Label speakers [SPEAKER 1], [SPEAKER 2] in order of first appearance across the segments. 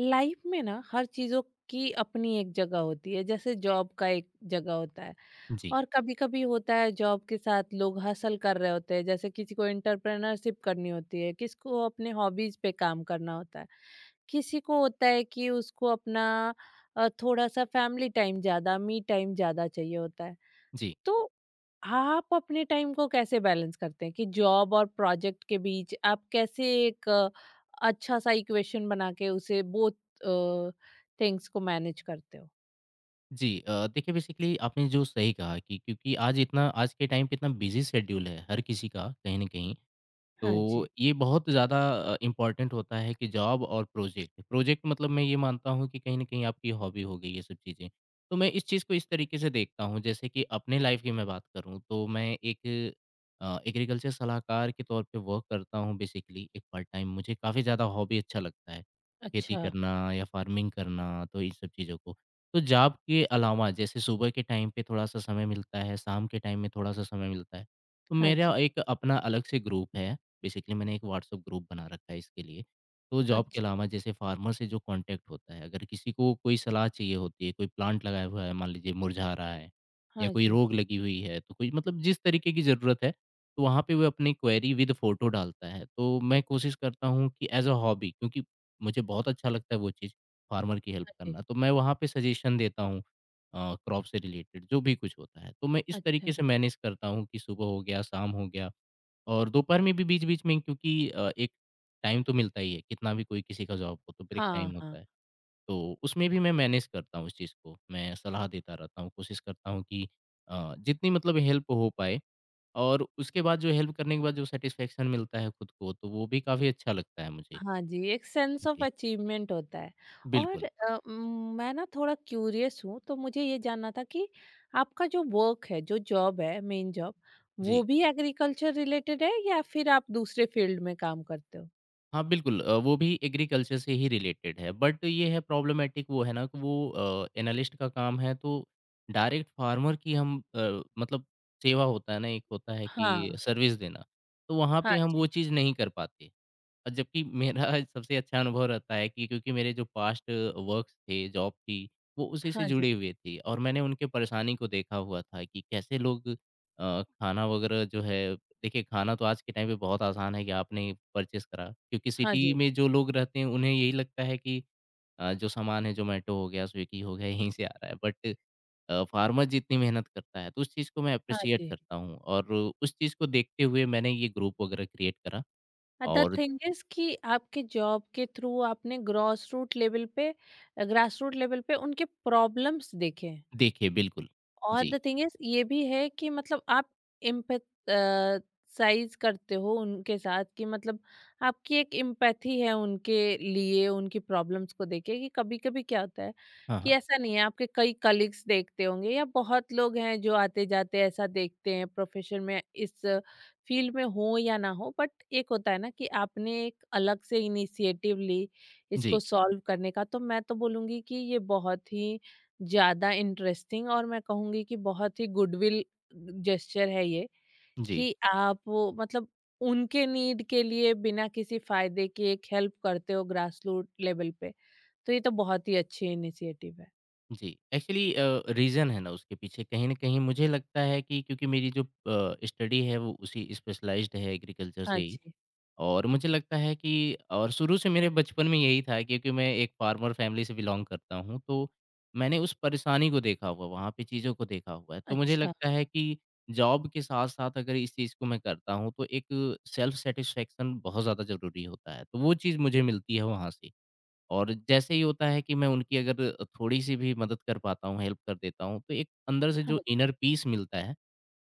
[SPEAKER 1] Life में ना हर चीजों की अपनी एक जगह होती है। जैसे जॉब का एक जगह होता है।
[SPEAKER 2] जी,
[SPEAKER 1] और कभी कभी होता है जॉब के साथ लोग हसल कर रहे होते हैं, जैसे किसी को एंटरप्रेनरशिप करनी होती है, किसको अपने हॉबीज पे काम करना होता है, किसी को होता है कि उसको अपना थोड़ा सा फैमिली टाइम ज्यादा मी टाइम ज्यादा चाहिए होता है।
[SPEAKER 2] जी,
[SPEAKER 1] तो आप अपने टाइम को कैसे बैलेंस करते हैं कि जॉब और प्रोजेक्ट के बीच आप कैसे एक अच्छा सा इक्वेशन बना के उसे बोथ थिंग्स को मैनेज करते हो?
[SPEAKER 2] जी। देखिए बेसिकली आपने जो सही कहा कि क्योंकि आज इतना आज के टाइम पे इतना बिज़ी शेड्यूल है हर किसी का कहीं न कहीं
[SPEAKER 1] हाँ
[SPEAKER 2] तो
[SPEAKER 1] जी।
[SPEAKER 2] ये बहुत ज़्यादा इम्पोर्टेंट होता है कि जॉब और प्रोजेक्ट प्रोजेक्ट मतलब मैं ये मानता हूँ कि कहीं ना कहीं आपकी हॉबी हो गई ये सब चीज़ें तो मैं इस चीज़ को इस तरीके से देखता हूँ जैसे कि अपने लाइफ की मैं बात करूँ तो मैं एक एग्रीकल्चर सलाहकार के तौर पे वर्क करता हूँ बेसिकली एक पार्ट टाइम मुझे काफ़ी ज़्यादा हॉबी अच्छा लगता है खेती
[SPEAKER 1] अच्छा।
[SPEAKER 2] करना या फार्मिंग करना तो इन सब चीज़ों को तो जॉब के अलावा जैसे सुबह के टाइम पे थोड़ा सा समय मिलता है शाम के टाइम में थोड़ा सा समय मिलता है तो
[SPEAKER 1] हाँ जी।
[SPEAKER 2] मेरा एक अपना अलग से ग्रुप है बेसिकली मैंने एक व्हाट्सएप ग्रुप बना रखा है इसके लिए। तो जॉब के
[SPEAKER 1] अच्छा।
[SPEAKER 2] अलावा जैसे फार्मर से जो कॉन्टैक्ट होता है, अगर किसी को कोई सलाह चाहिए होती है, कोई प्लांट लगाया हुआ है, मान लीजिए मुरझा रहा है या
[SPEAKER 1] हाँ
[SPEAKER 2] कोई
[SPEAKER 1] जी।
[SPEAKER 2] रोग लगी हुई है, तो कोई मतलब जिस तरीके की ज़रूरत है, तो वहाँ पे वो अपनी क्वेरी विद फ़ोटो डालता है। तो मैं कोशिश करता हूँ कि एज़ अ हॉबी क्योंकि मुझे बहुत अच्छा लगता है वो चीज़, फार्मर की हेल्प
[SPEAKER 1] हाँ जी।
[SPEAKER 2] करना। तो मैं वहाँ पे सजेशन देता हूँ क्रॉप से रिलेटेड जो भी कुछ होता है। तो मैं इस
[SPEAKER 1] अच्छा।
[SPEAKER 2] तरीके से मैनेज करता हूँ कि सुबह हो गया, शाम हो गया और दोपहर में भी बीच-बीच में क्योंकि एक टाइम तो मिलता ही है, कितना भी कोई किसी का जॉब हो तो ब्रेक
[SPEAKER 1] हाँ,
[SPEAKER 2] टाइम
[SPEAKER 1] हाँ।
[SPEAKER 2] होता है। तो उसमें भी मैं मैनेज करता हूँ इस चीज़ को, मैं सलाह देता रहता हूँ, कोशिश करता हूँ कि जितनी मतलब हेल्प हो पाए और उसके बाद जो हेल्प करने के बाद जो सैटिस्फैक्शन मिलता है खुद को, तो वो भी काफ़ी अच्छा लगता है मुझे।
[SPEAKER 1] हाँ जी, एक सेंस ऑफ
[SPEAKER 2] जी,
[SPEAKER 1] अचीवमेंट होता है। और
[SPEAKER 2] बिल्कुल।
[SPEAKER 1] मैं ना थोड़ा क्यूरियस हूँ, तो मुझे ये जानना था कि आपका जो वर्क है, जो जॉब है, मेन जॉब,
[SPEAKER 2] जी।
[SPEAKER 1] वो भी एग्रीकल्चर रिलेटेड है या फिर आप दूसरे फील्ड में काम करते हो?
[SPEAKER 2] हाँ, बिल्कुल वो भी एग्रीकल्चर से ही रिलेटेड है, बट ये है प्रॉब्लमैटिक वो है ना कि वो एनालिस्ट का काम है तो डायरेक्ट फार्मर की हम मतलब सेवा होता है ना, एक होता है कि
[SPEAKER 1] हाँ।
[SPEAKER 2] सर्विस देना, तो वहाँ
[SPEAKER 1] हाँ
[SPEAKER 2] पे हम वो
[SPEAKER 1] जी।
[SPEAKER 2] चीज़ नहीं कर पाते। और जबकि मेरा सबसे अच्छा अनुभव रहता है कि क्योंकि मेरे जो पास्ट वर्क्स थे, जॉब थी, वो उसी से
[SPEAKER 1] हाँ जी।
[SPEAKER 2] जुड़ी हुई थी और मैंने उनके परेशानी को देखा हुआ था कि कैसे लोग खाना वगैरह जो है देखिए खाना तो आज के टाइम पे बहुत आसान है कि आपने परचेज़ करा क्योंकि
[SPEAKER 1] हाँ
[SPEAKER 2] सिटी
[SPEAKER 1] जी।
[SPEAKER 2] में जो लोग रहते हैं उन्हें यही लगता है कि जो सामान है ज़ोमैटो हो गया, स्विगी हो गया, यहीं से आ रहा है बट फार्मर जितनी मेहनत करता है तो उस चीज़ को मैं
[SPEAKER 1] हाँ
[SPEAKER 2] एप्रिशिएट
[SPEAKER 1] जी।
[SPEAKER 2] करता हूँ और उस चीज़ को देखते हुए मैंने ये ग्रुप वगैरह क्रिएट करा
[SPEAKER 1] द
[SPEAKER 2] और
[SPEAKER 1] थिंग इज कि आपके जॉब के थ्रू आपने ग्रॉस रूट लेवल पे ग्रास रूट लेवल पे उनके प्रॉब्लम्स देखे हैं।
[SPEAKER 2] देखिए, बिल्कुल।
[SPEAKER 1] और
[SPEAKER 2] जी।
[SPEAKER 1] द थिंग इज़ ये भी है कि मतलब आप एम्पैथाइज़ करते हो उनके साथ, कि मतलब आपकी एक एम्पैथी है उनके लिए, उनकी प्रॉब्लम्स को देख के। कि कभी-कभी क्या होता है
[SPEAKER 2] हाँ,
[SPEAKER 1] कि
[SPEAKER 2] हाँ।
[SPEAKER 1] ऐसा नहीं है, आपके कई कलीग्स देखते होंगे या बहुत लोग हैं जो आते-जाते ऐसा देखते हैं प्रोफ़ेशन में, इस फ़ील्ड में हो या ना हो, बट एक होता है ना कि आपने एक अलग से इनिशिएटिव ली
[SPEAKER 2] जी,
[SPEAKER 1] इसको सॉल्व करने का। तो मैं तो बोलूँगी कि ये बहुत ही ज़्यादा इंटरेस्टिंग और मैं कहूँगी कि बहुत ही गुडविल जेस्चर है ये,
[SPEAKER 2] जी,
[SPEAKER 1] कि आप वो मतलब उनके नीड के लिए बिना किसी फायदे के एक हेल्प करते हो ग्रास रूट लेवल पे। तो ये तो बहुत ही अच्छी इनिशिएटिव है।
[SPEAKER 2] जी। एक्चुअली रीज़न है ना उसके पीछे कहीं न कहीं मुझे लगता है कि क्योंकि मेरी जो स्टडी है वो उसी स्पेशलाइज़्ड है एग्रीकल्चर से
[SPEAKER 1] हाँ
[SPEAKER 2] ही
[SPEAKER 1] जी।
[SPEAKER 2] और मुझे लगता है कि और शुरू से मेरे बचपन में यही था क्योंकि मैं एक फार्मर फैमिली से बिलॉन्ग करता हूँ, तो मैंने उस परेशानी को देखा हुआ, वहाँ पे चीज़ों को देखा हुआ है। तो मुझे
[SPEAKER 1] अच्छा।
[SPEAKER 2] लगता है कि जॉब के साथ-साथ अगर इस चीज़ को मैं करता हूँ, तो एक सेल्फ सैटिस्फैक्शन बहुत ज़्यादा ज़रूरी होता है, तो वो चीज़ मुझे मिलती है वहाँ से। और जैसे ही होता है कि मैं उनकी अगर थोड़ी-सी भी मदद कर पाता हूँ, हेल्प कर देता हूँ, तो एक अंदर से
[SPEAKER 1] हाँ,
[SPEAKER 2] जो इनर पीस मिलता है,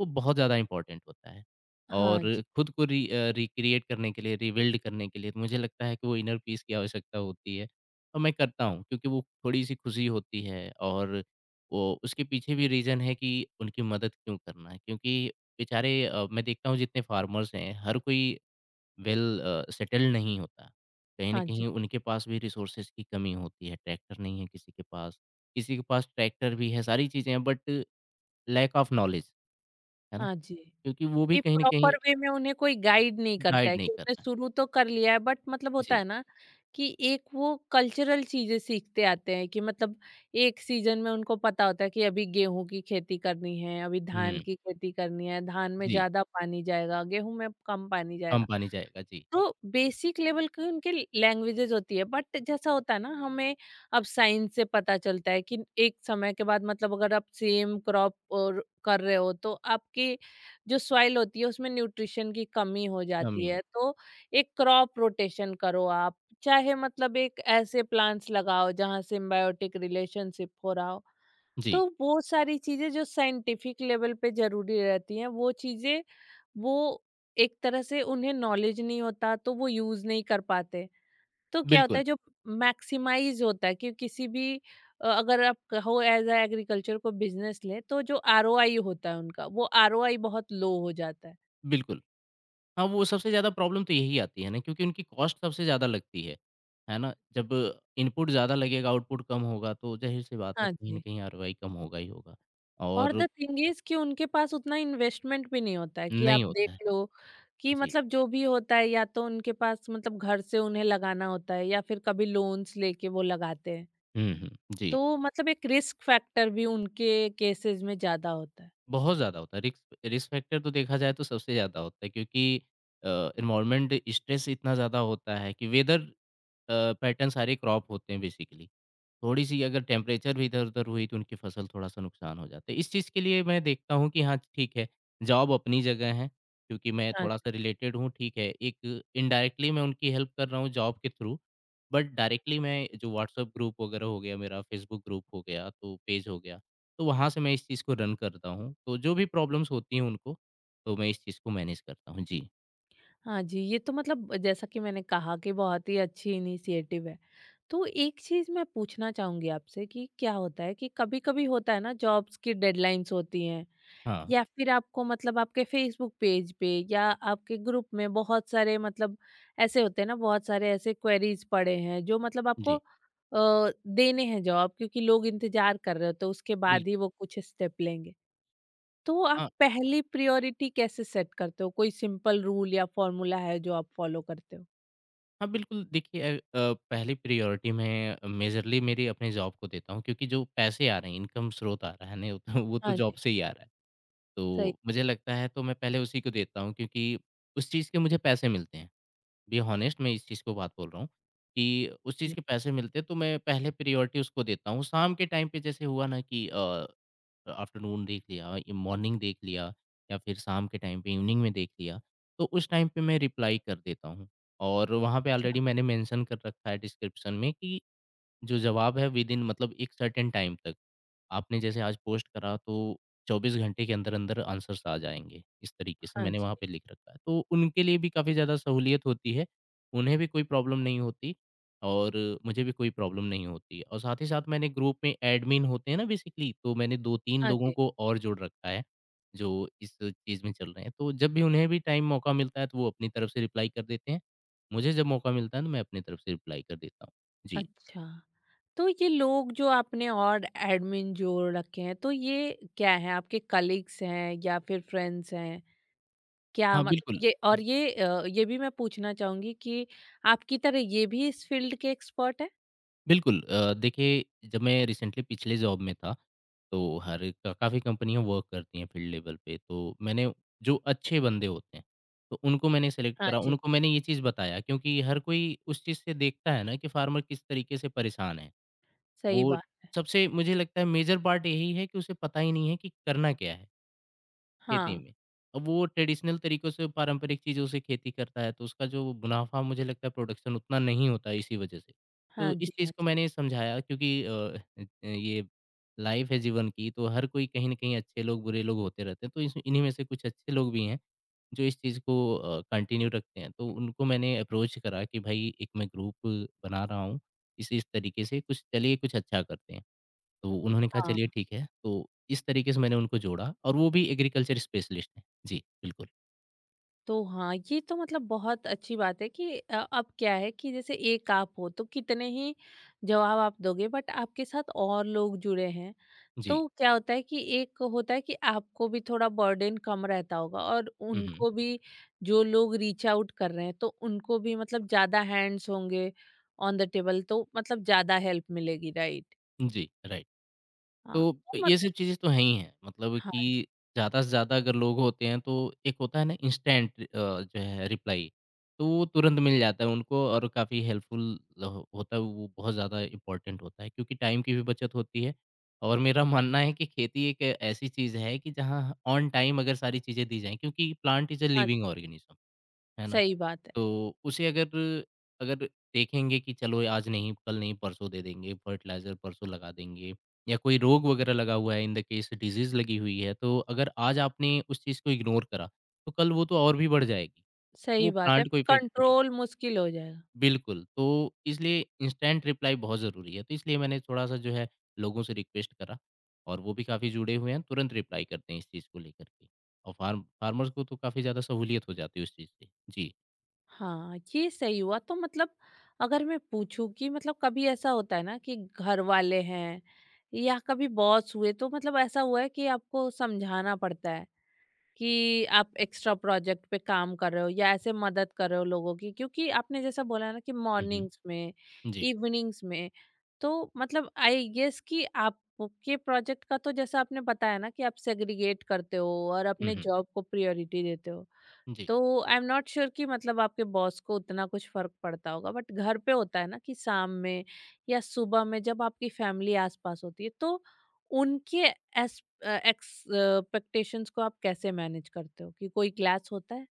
[SPEAKER 2] वो बहुत ज़्यादा इम्पोर्टेंट होता है।
[SPEAKER 1] हाँ जी।
[SPEAKER 2] और खुद को रिक्रिएट करने के लिए, रिबिल्ड करने के लिए तो मुझे लगता है कि वो इनर पीस की आवश्यकता होती है और मैं करता हूँ क्योंकि वो थोड़ी-सी खुशी होती है और वो उसके पीछे भी रीज़न है कि उनकी मदद क्यों करना है। क्योंकि बेचारे मैं देखता हूँ जितने फार्मर्स हैं, हर कोई वेल सेटल्ड नहीं होता। कहीं न
[SPEAKER 1] हाँ जी।
[SPEAKER 2] कहीं उनके पास भी रिसोर्सेज़ की कमी होती है, ट्रैक्टर नहीं है किसी के पास ट्रैक्टर भी है, सारी चीज़ें हैं बट लैक ऑफ नॉलेज, है ना?
[SPEAKER 1] हाँ जी।
[SPEAKER 2] क्योंकि वो भी
[SPEAKER 1] कि
[SPEAKER 2] कहीं न कहीं
[SPEAKER 1] प्रॉपर वे में उन्हें कोई गाइड नहीं करता
[SPEAKER 2] गाइड
[SPEAKER 1] है
[SPEAKER 2] नहीं
[SPEAKER 1] कि
[SPEAKER 2] कर
[SPEAKER 1] उन्हें
[SPEAKER 2] रहा है।
[SPEAKER 1] शुरू तो कर लिया है, बट मतलब होता
[SPEAKER 2] जी।
[SPEAKER 1] है ना कि एक वो कल्चरल चीजें सीखते आते हैं, कि मतलब एक सीजन में उनको पता होता है कि अभी गेहूं की खेती करनी है, अभी धान
[SPEAKER 2] हुँ,
[SPEAKER 1] की खेती करनी है, धान में
[SPEAKER 2] जी,
[SPEAKER 1] ज्यादा पानी जाएगा, गेहूं में कम पानी
[SPEAKER 2] कम
[SPEAKER 1] जाएगा।
[SPEAKER 2] पानी जाएगा, जी,
[SPEAKER 1] तो बेसिक लेवल की उनकी लैंग्वेजेस होती है, बट जैसा होता है ना, हमें अब साइंस से पता चलता है कि एक समय के बाद, मतलब अगर आप सेम क्रॉप और कर रहे हो, तो आपकी जो सॉइल होती है उसमें न्यूट्रिशन की कमी हो
[SPEAKER 2] कम
[SPEAKER 1] जाती
[SPEAKER 2] ही हो
[SPEAKER 1] है। तो एक क्रॉप रोटेशन करो आप, चाहे मतलब एक ऐसे प्लांट्स लगाओ जहाँ सिम्बायोटिक रिलेशनशिप हो रहा हो।
[SPEAKER 2] जी,
[SPEAKER 1] तो वो सारी चीजें जो साइंटिफिक लेवल पे जरूरी रहती हैं, वो एक तरह से उन्हें नॉलेज नहीं होता, तो वो यूज नहीं कर पाते। तो क्या होता
[SPEAKER 2] बिल्कुल,
[SPEAKER 1] है जो मैक्सिमाइज होता है कि किसी भी अगर आप कहो एज अ एग्रीकल्चर को बिजनेस ले, तो जो आरओआई होता है उनका, वो आरओआई बहुत लो हो जाता है।
[SPEAKER 2] बिल्कुल। हाँ, वो सबसे ज़्यादा प्रॉब्लम तो यही आती है ना क्योंकि उनकी कॉस्ट सबसे ज़्यादा लगती है ना? जब इनपुट ज़्यादा लगेगा, आउटपुट कम होगा तो ज़ाहिर-सी बात है
[SPEAKER 1] हाँ
[SPEAKER 2] कहीं न
[SPEAKER 1] जी।
[SPEAKER 2] कहीं आरओआई कम होगा ही होगा
[SPEAKER 1] और
[SPEAKER 2] और
[SPEAKER 1] द थिंग इज़ कि उनके पास उतना इन्वेस्टमेंट भी नहीं होता है कि
[SPEAKER 2] नहीं
[SPEAKER 1] आप
[SPEAKER 2] होता
[SPEAKER 1] देख
[SPEAKER 2] है।
[SPEAKER 1] लो, कि
[SPEAKER 2] जी।
[SPEAKER 1] मतलब जो भी होता है या तो उनके पास मतलब घर से उन्हें लगाना होता है, या फिर कभी लोन्स लेके वो लगाते हैं।
[SPEAKER 2] हुँ, हुँ। जी,
[SPEAKER 1] तो मतलब एक रिस्क फैक्टर भी उनके केसेस में ज़्यादा होता है।
[SPEAKER 2] बहुत ज़्यादा होता है। रिस्क रिस्क फैक्टर तो देखा जाए तो सबसे ज़्यादा होता है क्योंकि एनवायरनमेंट स्ट्रेस इतना ज़्यादा होता है कि वेदर पैटर्न सारे क्रॉप होते हैं बेसिकली। थोड़ी-सी अगर टेम्परेचर भी इधर-उधर हुई तो उनकी फसल थोड़ा-सा नुकसान हो जाता है। इस चीज़ के लिए मैं देखता हूँ कि हाँ, ठीक है, जॉब अपनी जगह है क्योंकि मैं
[SPEAKER 1] हाँ,
[SPEAKER 2] थोड़ा-सा रिलेटेड हूँ, ठीक है। एक इनडायरेक्टली मैं उनकी हेल्प कर रहा हूँ जॉब के थ्रू, बट डायरेक्टली मैं जो व्हाट्सएप ग्रुप वगैरह हो गया मेरा, फेसबुक ग्रुप हो गया, तो पेज हो गया, तो वहाँ से मैं इस चीज़ को रन करता हूँ। तो जो भी प्रॉब्लम्स होती हैं उनको, तो मैं इस चीज़ को मैनेज करता हूँ। जी।
[SPEAKER 1] हाँ जी, ये तो मतलब जैसा कि मैंने कहा कि बहुत ही अच्छी इनिशिएटिव है। तो एक चीज़ मैं पूछना चाहूँगी आपसे कि क्या होता है कि कभी-कभी होता है ना जॉब्स की डेडलाइन्स होती हैं,
[SPEAKER 2] हाँ।
[SPEAKER 1] या फिर आपको मतलब आपके फेसबुक पेज पे या आपके ग्रुप में बहुत सारे मतलब ऐसे होते हैं ना, बहुत सारे ऐसे क्वेरीज पड़े हैं जो मतलब आपको
[SPEAKER 2] जी,
[SPEAKER 1] देने हैं जवाब, क्योंकि लोग इंतजार कर रहे हो तो उसके बाद ही
[SPEAKER 2] बिल्कुल।
[SPEAKER 1] वो कुछ स्टेप लेंगे। तो आप
[SPEAKER 2] हाँ।
[SPEAKER 1] पहली प्रायोरिटी कैसे सेट करते हो? कोई सिंपल रूल या फॉर्मूला है जो आप फॉलो करते हो?
[SPEAKER 2] हाँ, बिल्कुल देखिए पहली प्रायोरिटी मैं मेजरली मेरी अपने जॉब को देता हूँ क्योंकि जो पैसे आ रहे हैं, इनकम स्रोत आ रहा है नहीं वो तो
[SPEAKER 1] हाँ
[SPEAKER 2] जॉब
[SPEAKER 1] जी।
[SPEAKER 2] से ही आ रहा है।
[SPEAKER 1] सही।
[SPEAKER 2] तो मुझे लगता है तो मैं पहले उसी को देता हूँ क्योंकि उस चीज़ के मुझे पैसे मिलते हैं। बी हॉनेस्ट मैं इस चीज़ को बात बोल रहा हूँ कि उस चीज़
[SPEAKER 1] जी।
[SPEAKER 2] के पैसे मिलते तो मैं पहले प्रायोरिटी उसको देता हूँ। शाम के टाइम पे जैसे हुआ ना कि आफ्टरनून देख लिया, ये मॉर्निंग देख लिया या फिर शाम के टाइम पे इवनिंग में देख लिया, तो उस टाइम पे मैं रिप्लाई कर देता हूँ। और वहाँ पे
[SPEAKER 1] अच्छा।
[SPEAKER 2] ऑलरेडी मैंने मेंशन कर रखा है डिस्क्रिप्शन में कि जो जवाब है विदिन मतलब एक सर्टेन टाइम तक। आपने जैसे आज पोस्ट करा तो 24 घंटे के अंदर-अंदर आंसर्स आ जाएँगे। इस तरीके से
[SPEAKER 1] हाँ
[SPEAKER 2] मैंने
[SPEAKER 1] जी।
[SPEAKER 2] वहाँ पे लिख रखा है। तो उनके लिए भी काफ़ी ज़्यादा सहूलियत होती है। उन्हें भी कोई प्रॉब्लम नहीं होती और मुझे भी कोई प्रॉब्लम नहीं होती और साथ ही साथ मैंने ग्रुप में एडमिन होते हैं ना बेसिकली, तो मैंने 2-3
[SPEAKER 1] हाँ
[SPEAKER 2] लोगों
[SPEAKER 1] जी।
[SPEAKER 2] को और जोड़ रखा है, जो इस चीज़ में चल रहे हैं। तो जब भी उन्हें भी टाइम मौका मिलता है तो वो अपनी तरफ से रिप्लाई कर देते हैं। मुझे जब मौका मिलता है तो मैं अपनी तरफ से रिप्लाई कर देता हूँ। जी।
[SPEAKER 1] अच्छा। तो ये लोग जो आपने और एडमिन जोड़ रखे हैं, तो ये क्या है? आपके कलीग्स हैं या फिर फ्रेंड्स हैं? क्या
[SPEAKER 2] हाँ, बिल्कुल।
[SPEAKER 1] मतलब ये और
[SPEAKER 2] ज-
[SPEAKER 1] ये ये भी मैं पूछना चाहूँगी कि आपकी तरह ये भी इस फ़ील्ड के एक्सपर्ट हैं?
[SPEAKER 2] बिल्कुल देखिए जब मैं रिसेंटली पिछले जॉब में था, तो हर एक काफ़ी कंपनियाँ वर्क करती हैं फ़ील्ड लेवल पे, तो मैंने जो अच्छे बंदे होते हैं, तो उनको मैंने सेलेक्ट
[SPEAKER 1] हाँ
[SPEAKER 2] करा।
[SPEAKER 1] जी।
[SPEAKER 2] उनको मैंने ये चीज़ बताया क्योंकि हर कोई उस चीज़ से देखता है ना कि फार्मर किस तरीके से परेशान है।
[SPEAKER 1] सही
[SPEAKER 2] वो
[SPEAKER 1] बात है।
[SPEAKER 2] सबसे मुझे लगता है मेजर पार्ट यही है कि उसे पता ही नहीं है कि करना क्या है। खेती
[SPEAKER 1] हाँ।
[SPEAKER 2] में। अब वो ट्रेडिशनल तरीकों से पारंपरिक चीज़ों से खेती करता है तो उसका जो मुनाफ़ा मुझे लगता है प्रोडक्शन उतना नहीं होता है इसी वज़ह से।
[SPEAKER 1] हाँ
[SPEAKER 2] तो इस
[SPEAKER 1] जी,
[SPEAKER 2] चीज़
[SPEAKER 1] हाँ
[SPEAKER 2] को
[SPEAKER 1] जी।
[SPEAKER 2] मैंने समझाया क्योंकि ये लाइफ़ है जीवन की तो हर कोई कहीं न कहीं अच्छे लोग, बुरे लोग होते रहते हैं। तो इस इन्हीं में से कुछ अच्छे लोग भी हैं जो इस चीज़ को कंटिन्यू रखते हैं। तो उनको मैंने अप्रोच करा कि भाई एक मैं ग्रुप बना रहा हूँ इस-इस तरीके से कुछ चलिए कुछ अच्छा करते हैं। तो उन्होंने कहा
[SPEAKER 1] हाँ।
[SPEAKER 2] चलिए ठीक है, तो इस तरीके से मैंने उनको जोड़ा और वो भी एग्रीकल्चर स्पेशलिस्ट हैं। जी, बिल्कुल।
[SPEAKER 1] तो हाँ, ये तो मतलब बहुत अच्छी बात है कि अब क्या है कि जैसे एक आप हो, तो कितने ही जवाब आप दोगे, बट आपके साथ और लोग जुड़े हैं।
[SPEAKER 2] जी।
[SPEAKER 1] तो क्या होता है कि एक होता है कि आपको भी थोड़ा बर्डन कम रहता होगा, और
[SPEAKER 2] हुँ, हुँ।
[SPEAKER 1] उनको भी, जो लोग रीच आउट कर रहे हैं तो उनको भी मतलब ज्यादा हैंड्स होंगे ऑन द टेबल, तो मतलब ज्यादा हेल्प मिलेगी, राइट?
[SPEAKER 2] जी, राइट।
[SPEAKER 1] हाँ।
[SPEAKER 2] तो
[SPEAKER 1] तो मत
[SPEAKER 2] ये सब चीज़ें तो हैं ही हैं, मतलब
[SPEAKER 1] हाँ जी।
[SPEAKER 2] कि ज़्यादा से ज़्यादा अगर लोग होते हैं तो एक होता है ना इंस्टेंट जो है रिप्लाई, तो वो तुरंत मिल जाता है उनको और काफ़ी हेल्पफुल हो होता है, वो बहुत ज़्यादा इम्पोर्टेंट होता है क्योंकि टाइम की भी बचत होती है और मेरा मानना है कि खेती एक ऐसी चीज़ है कि जहाँ ऑन टाइम अगर सारी चीज़ें दी जाएँ क्योंकि प्लांट इज़ अ
[SPEAKER 1] हाँ
[SPEAKER 2] लिविंग
[SPEAKER 1] जी।
[SPEAKER 2] ऑर्गेनिज़्म, है ना?
[SPEAKER 1] सही बात है।
[SPEAKER 2] तो उसे अगर अगर देखेंगे कि चलो आज नहीं, कल नहीं, परसों दे देंगे, फर्टिलाइज़र परसों लगा देंगे या कोई रोग वगैरह लगा हुआ है, इन द केस डिज़ीज़ लगी हुई है, तो अगर आज आपने उस चीज़ को इग्नोर करा, तो कल वो तो और भी बढ़ जाएगी। तो
[SPEAKER 1] सही
[SPEAKER 2] वो
[SPEAKER 1] बात है,
[SPEAKER 2] प्लांट को
[SPEAKER 1] फिर
[SPEAKER 2] इफ़ेक्ट करेगी।
[SPEAKER 1] कंट्रोल मुश्किल हो जाएगा।
[SPEAKER 2] बिल्कुल, तो इसलिए इंस्टेंट रिप्लाई बहुत ज़रूरी है, तो इसलिए मैंने थोड़ा-सा जो है लोगों से रिक्वेस्ट करा और वो भी काफ़ी जुड़े हुए हैं, तुरंत रिप्लाई करते हैं इस चीज़ को लेकर के और फार्मर्स को तो काफ़ी ज़्यादा सहूलियत हो जाती है उस चीज़ से। जी।
[SPEAKER 1] हाँ, ये सही हुआ। तो मतलब अगर मैं पूछूं कि मतलब कभी ऐसा होता है ना कि घर वाले हैं, या कभी बॉस हुए, तो मतलब ऐसा हुआ है कि आपको समझाना पड़ता है कि आप एक्स्ट्रा प्रोजेक्ट पे काम कर रहे हो या ऐसे मदद कर रहे हो लोगों की, क्योंकि आपने जैसा बोला ना कि
[SPEAKER 2] हुँ,
[SPEAKER 1] मॉर्निंग्स
[SPEAKER 2] हुँ।
[SPEAKER 1] में,
[SPEAKER 2] जी।
[SPEAKER 1] इवनिंग्स में। तो मतलब आई गेस कि आपके प्रोजेक्ट का तो जैसा आपने बताया ना, कि आप सेग्रीगेट करते हो और
[SPEAKER 2] हुँ,
[SPEAKER 1] अपने
[SPEAKER 2] हुँ।
[SPEAKER 1] जॉब को प्रायोरिटी देते हो।
[SPEAKER 2] जी।
[SPEAKER 1] तो आई एम नॉट श्योर कि मतलब आपके बॉस को उतना कुछ फर्क पड़ता होगा, बट घर पे होता है ना कि शाम में या सुबह में जब आपकी फैमिली आसपास होती है, तो उनके एक्सपेक्टेशंस को आप कैसे मैनेज करते हो? कि कोई क्लास होता है?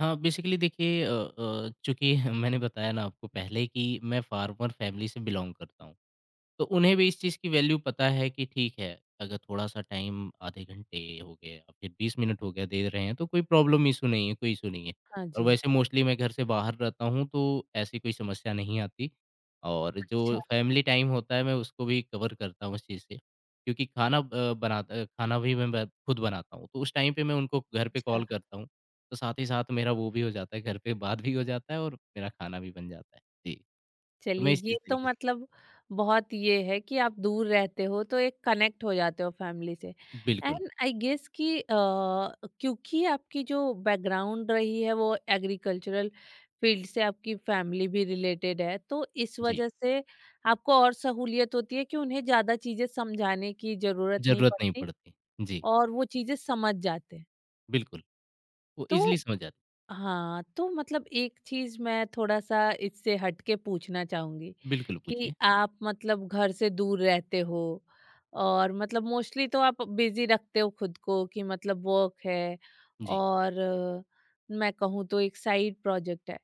[SPEAKER 2] हाँ, बेसिकली देखिए चूँकि मैंने बताया ना आपको पहले कि मैं फार्मर फैमिली से बिलॉन्ग करता हूँ। तो उन्हें भी इस चीज़ की वैल्यू पता है कि ठीक है, अगर थोड़ा-सा टाइम आधे घंटे हो गए या फिर 20 मिनट हो गया दे रहे हैं, तो कोई प्रॉब्लम इश्यू नहीं है, कोई इश्यू नहीं है।
[SPEAKER 1] हाँ
[SPEAKER 2] और
[SPEAKER 1] जी।
[SPEAKER 2] वैसे मोस्टली मैं घर से बाहर रहता हूँ, तो ऐसी कोई समस्या नहीं आती और
[SPEAKER 1] अच्छा।
[SPEAKER 2] जो फैमिली टाइम होता है, मैं उसको भी कवर करता हूँ उस चीज़ से। क्योंकि खाना अ, बनाता खाना भी मैं ब खुद बनाता हूँ, तो उस टाइम पे मैं उनको घर पे
[SPEAKER 1] अच्छा।
[SPEAKER 2] कॉल करता हूँ। तो साथ ही साथ मेरा वो भी हो जाता है, घर पे बात भी हो जाता है और मेरा खाना भी बन जाता है। जी, तो
[SPEAKER 1] चलिए,
[SPEAKER 2] मैं
[SPEAKER 1] ये
[SPEAKER 2] इस
[SPEAKER 1] तो
[SPEAKER 2] तरीके से
[SPEAKER 1] मतलब बहुत ये है कि आप दूर रहते हो तो एक कनेक्ट हो जाते हो फैमिली से।
[SPEAKER 2] बिल्कुल,
[SPEAKER 1] एंड आई गेस कि क्योंकि आपकी जो बैकग्राउंड रही है वो एग्रीकल्चरल फील्ड से, आपकी फैमिली भी रिलेटेड है, तो इस
[SPEAKER 2] जी।
[SPEAKER 1] वजह से आपको और सहूलियत होती है कि उन्हें ज़्यादा चीज़ें समझाने की ज़रूरत नहीं
[SPEAKER 2] ज़रूरत नहीं
[SPEAKER 1] पड़ती,
[SPEAKER 2] पड़ती। जी,
[SPEAKER 1] और वो चीज़ें समझ जाते हैं।
[SPEAKER 2] बिल्कुल, वो ईज़िली
[SPEAKER 1] तो
[SPEAKER 2] समझ जाते
[SPEAKER 1] हाँ, तो मतलब एक चीज़ मैं थोड़ा-सा इससे हट के पूछना चाहूँगी
[SPEAKER 2] बिल्कुल,
[SPEAKER 1] कि
[SPEAKER 2] पूछिए।
[SPEAKER 1] आप मतलब घर से दूर रहते हो, और मतलब मोस्टली तो आप बिज़ी रखते हो खुद को, कि मतलब वर्क है
[SPEAKER 2] जी।
[SPEAKER 1] और मैं कहूँ तो एक साइड प्रोजेक्ट है।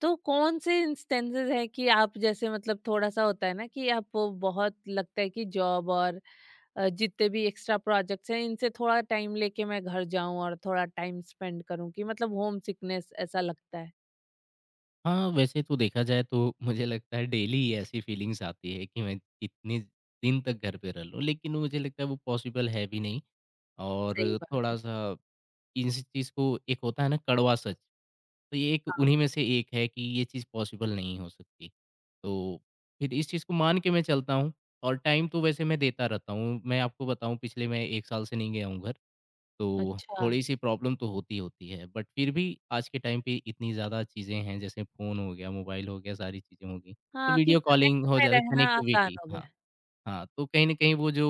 [SPEAKER 1] तो कौन-से इंस्टेंसेस हैं कि आप जैसे मतलब थोड़ा-सा होता है ना कि आपको बहुत लगता है कि जॉब और जितने भी एक्स्ट्रा प्रोजेक्ट्स हैं इनसे थोड़ा टाइम लेके मैं घर जाऊं और थोड़ा टाइम स्पेंड करूं, कि मतलब होम सिकनेस ऐसा लगता है।
[SPEAKER 2] हाँ, वैसे तो देखा जाए तो मुझे लगता है डेली ऐसी फीलिंग्स आती है कि मैं कितने दिन तक घर पे रह लूँ, लेकिन मुझे लगता है वो पॉसिबल है भी नहीं
[SPEAKER 1] सही
[SPEAKER 2] और
[SPEAKER 1] बात है।
[SPEAKER 2] थोड़ा-सा इस चीज़ को एक होता है ना कड़वा सच, तो ये एक
[SPEAKER 1] हाँ।
[SPEAKER 2] उन्हीं में से एक है कि ये चीज़ पॉसिबल नहीं हो सकती। तो फिर इस चीज़ को मान के मैं चलता हूँ और टाइम तो वैसे मैं देता रहता हूँ। मैं आपको बताऊँ पिछले मैं 1 साल से नहीं गया हूँ घर। तो
[SPEAKER 1] अच्छा,
[SPEAKER 2] थोड़ी-सी प्रॉब्लम तो होती होती है, बट फिर भी आज के टाइम पे इतनी ज़्यादा चीज़ें हैं, जैसे फ़ोन हो गया, मोबाइल हो गया, सारी चीज़ें हो गईं। तो
[SPEAKER 1] हाँ, कि
[SPEAKER 2] वीडियो कॉलिंग
[SPEAKER 1] कनेक्ट
[SPEAKER 2] हो
[SPEAKER 1] में
[SPEAKER 2] जाती
[SPEAKER 1] रहना आसान
[SPEAKER 2] कनेक्टिविटी
[SPEAKER 1] हो
[SPEAKER 2] हाँ,
[SPEAKER 1] गया।
[SPEAKER 2] हाँ, तो कहीं न कहीं वो जो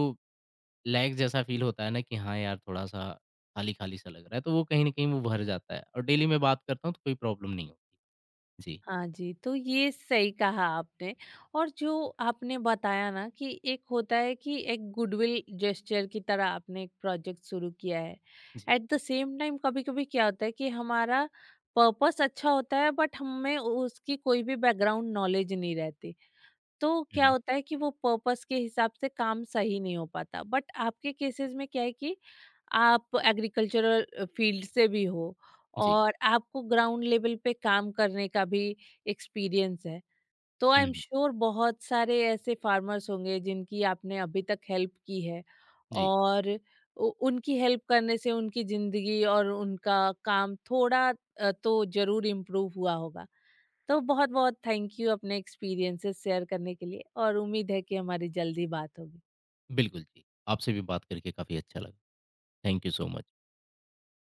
[SPEAKER 2] लैग जैसा फ़ील होता है ना कि हाँ यार, थोड़ा-सा खाली-खाली सा लग रहा है, तो वो कहीं न कहीं वो भर जाता है और डेली मैं बात करता हूँ तो कोई प्रॉब्लम नहीं होती। जी,
[SPEAKER 1] हाँ जी, तो ये सही कहा आपने। और जो आपने बताया ना कि एक होता है कि एक गुडविल जेस्चर की तरह आपने एक प्रोजेक्ट शुरू किया है।
[SPEAKER 2] जी।
[SPEAKER 1] एट द सेम टाइम कभी-कभी क्या होता है कि हमारा पर्पस अच्छा होता है, बट हमें उसकी कोई भी बैकग्राउंड नॉलेज नहीं रहती। तो
[SPEAKER 2] हुँ,
[SPEAKER 1] क्या
[SPEAKER 2] हुँ।
[SPEAKER 1] होता है कि वो पर्पस के हिसाब से काम सही नहीं हो पाता, बट आपके केसेस में क्या है कि आप एग्रीकल्चरल फील्ड से भी हो
[SPEAKER 2] जी।
[SPEAKER 1] और आपको ग्राउंड लेवल पे काम करने का भी एक्सपीरियंस है। तो आई
[SPEAKER 2] हुँ,
[SPEAKER 1] एम
[SPEAKER 2] हुँ।
[SPEAKER 1] श्योर बहुत सारे ऐसे फार्मर्स होंगे जिनकी आपने अभी तक हेल्प की है,
[SPEAKER 2] जी,
[SPEAKER 1] और उनकी हेल्प करने से उनकी ज़िंदगी और उनका काम थोड़ा तो ज़रूर इम्प्रूव हुआ होगा। तो बहुत बहुत थैंक यू अपने एक्सपीरियंसेस शेयर करने के लिए, और उम्मीद है कि हमारी जल्दी बात होगी।
[SPEAKER 2] बिल्कुल जी। आपसे भी बात करके काफ़ी अच्छा लगा। Thank you so much.